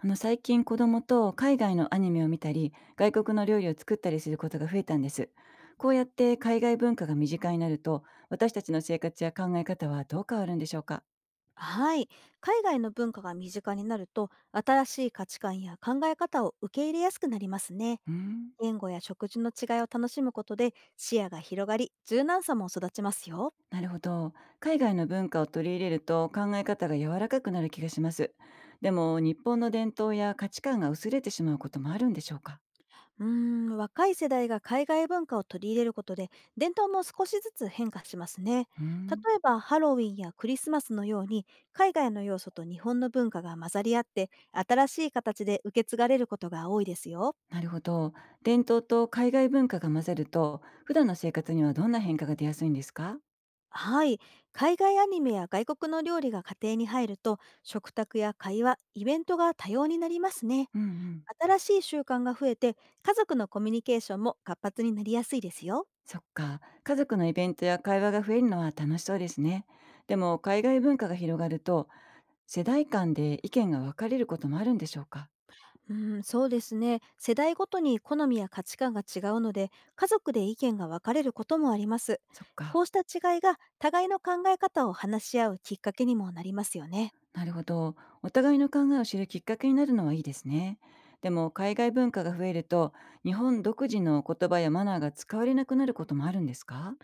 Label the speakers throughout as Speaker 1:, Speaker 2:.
Speaker 1: 最近子供と海外のアニメを見たり外国の料理を作ったりすることが増えたんです。こうやって海外文化が身近になると、私たちの生活や考え方はどう変わるんでしょうか？
Speaker 2: はい。海外の文化が身近になると、新しい価値観や考え方を受け入れやすくなりますね。
Speaker 1: うーん。
Speaker 2: 言語や食事の違いを楽しむことで視野が広がり、柔軟さも育ちますよ。
Speaker 1: なるほど。海外の文化を取り入れると考え方が柔らかくなる気がします。でも、日本の伝統や価値観が薄れてしまうこともあるんでしょうか？
Speaker 2: うーん、若い世代が海外文化を取り入れることで、伝統も少しずつ変化しますね。
Speaker 1: うー
Speaker 2: 例
Speaker 1: ん。
Speaker 2: えば、ハロウィンやクリスマスのように、海外の要素と日本の文化が混ざり合って、新しい形で受け継がれることが多いですよ。
Speaker 1: なるほど。伝統と海外文化が混ざると、普段の生活にはどんな変化が出やすいんですか？
Speaker 2: はい。海外アニメや外国の料理が家庭に入ると、食卓や会話、イベントが多様になりますね。
Speaker 1: うんうん。
Speaker 2: 新しい習慣が増えて、家族のコミュニケーションも活発になりやすいですよ。
Speaker 1: そっか。家族のイベントや会話が増えるのは楽しそうですね。でも、海外文化が広がると、世代間で意見が分かれることもあるんでしょうか。
Speaker 2: うん、そうですね。世代ごとに好みや価値観が違うので、家族で意見が分かれることもあります。
Speaker 1: そっか。
Speaker 2: こうした違いが、互いの考え方を話し合うきっかけにもなりますよね。
Speaker 1: なるほど。お互いの考えを知るきっかけになるのはいいですね。でも、海外文化が増えると、日本独自の言葉やマナーが使われなくなることもあるんですか？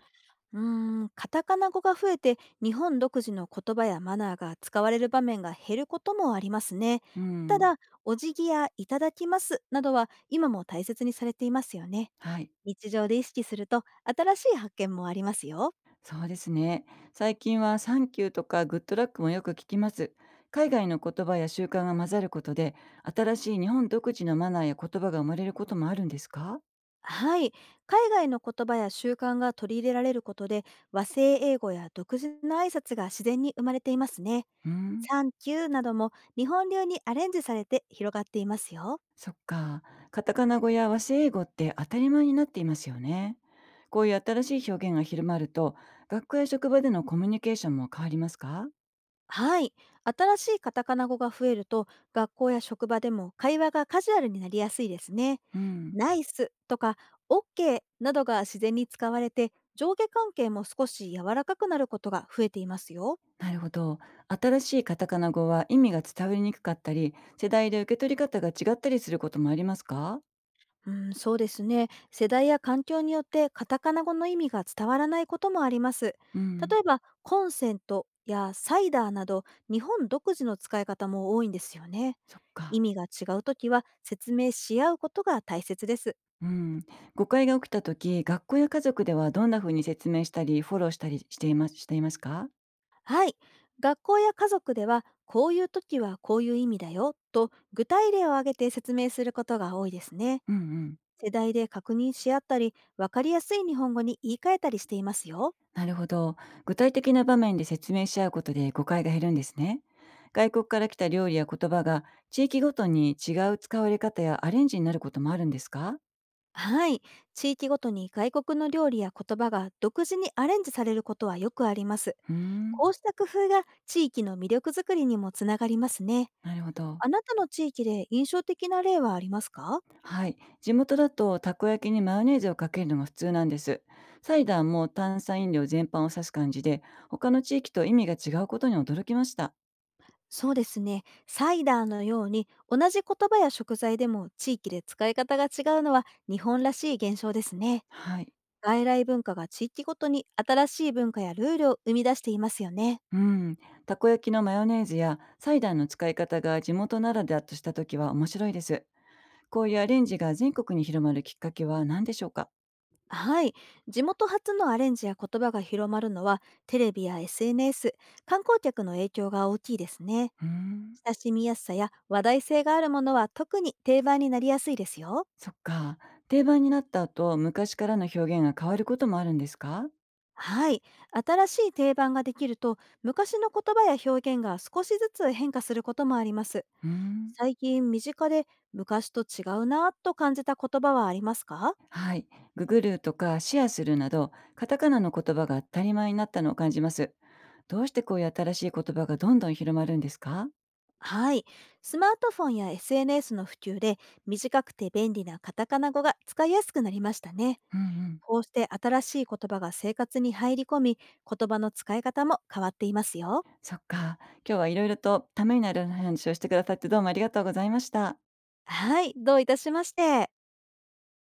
Speaker 2: うーん、カタカナ語が増えて日本独自の言葉やマナーが使われる場面が減ることもありますね。
Speaker 1: う
Speaker 2: た
Speaker 1: ん。
Speaker 2: だ、お辞儀やいただきますなどは今も大切にされていますよね。
Speaker 1: はい。
Speaker 2: 日常で意識すると新しい発見もありますよ。
Speaker 1: そうですね。最近はサンキューとかグッドラックもよく聞きます。海外の言葉や習慣が混ざることで、新しい日本独自のマナーや言葉が生まれることもあるんですか？
Speaker 2: はい。海外の言葉や習慣が取り入れられることで和製英語や独自の挨拶が自然に生まれていますね。
Speaker 1: うん、
Speaker 2: サンキューなども日本流にアレンジされて広がっていますよ。
Speaker 1: そっか。カタカナ語や和製英語って当たり前になっていますよね。こういう新しい表現が広まると、学校や職場でのコミュニケーションも変わりますか？
Speaker 2: はい。新しいカタカナ語が増えると、学校や職場でも会話がカジュアルになりやすいですね。
Speaker 1: うん。
Speaker 2: ナイスとか、オッケーなどが自然に使われて、上下関係も少し柔らかくなることが増えていますよ。
Speaker 1: なるほど。新しいカタカナ語は意味が伝わりにくかったり、世代で受け取り方が違ったりすることもありますか？
Speaker 2: うん、そうですね。世代や環境によってカタカナ語の意味が伝わらないこともあります。
Speaker 1: うん。
Speaker 2: 例えば、コンセントやサイダーなど、日本独自の使い方も多いんですよね。
Speaker 1: そっ
Speaker 2: 意
Speaker 1: か。
Speaker 2: 味が違うときは説明し合うことが大切です。
Speaker 1: うん。誤解が起きた時、学校や家族ではどんな風に説明したり、フォローしたりしていますしていますか？
Speaker 2: はい。学校や家族では、こういう時はこういう意味だよと具体例を挙げて説明することが多いですね。
Speaker 1: うんうん。
Speaker 2: 世代で確認し合ったり、わかりやすい日本語に言い換えたりしていますよ。
Speaker 1: なるほど。具体的な場面で説明し合うことで誤解が減るんですね。外国から来た料理や言葉が地域ごとに違う使われ方やアレンジになることもあるんですか？
Speaker 2: はい。地域ごとに外国の料理や言葉が独自にアレンジされることはよくあります。
Speaker 1: うーん、
Speaker 2: こうした工夫が地域の魅力づくりにもつながりますね。
Speaker 1: なるほど。
Speaker 2: あなたの地域で印象的な例はありますか？
Speaker 1: はい。地元だとたこ焼きにマヨネーズをかけるのが普通なんです。サイダーも炭酸飲料全般を指す感じで、他の地域と意味が違うことに驚きました。
Speaker 2: そうですね。サイダーのように同じ言葉や食材でも地域で使い方が違うのは日本らしい現象ですね。
Speaker 1: はい。
Speaker 2: 外来文化が地域ごとに新しい文化やルールを生み出していますよね。
Speaker 1: うん。たこ焼きのマヨネーズやサイダーの使い方が地元ならではとした時は面白いです。こういうアレンジが全国に広まるきっかけは何でしょうか？
Speaker 2: はい。地元発のアレンジや言葉が広まるのはテレビや SNS、観光客の影響が大きいですね。
Speaker 1: うーん。
Speaker 2: 親しみやすさや話題性があるものは特に定番になりやすいですよ。
Speaker 1: そっか。定番になった後、昔からの表現が変わることもあるんですか？
Speaker 2: はい。新しい定番ができると、昔の言葉や表現が少しずつ変化することもあります。
Speaker 1: うーん。
Speaker 2: 最近、身近で昔と違うなぁと感じた言葉はありますか？
Speaker 1: はい。ググルとかシェアするなど、カタカナの言葉が当たり前になったのを感じます。どうしてこういう新しい言葉がどんどん広まるんですか？
Speaker 2: はい。スマートフォンや SNS の普及で、短くて便利なカタカナ語が使いやすくなりましたね。
Speaker 1: うんうん。
Speaker 2: こうして新しい言葉が生活に入り込み、言葉の使い方も変わっていますよ。
Speaker 1: そっか。今日はいろいろとためになる話をしてくださって、どうもありがとうございました。
Speaker 2: はい。どういたしまして。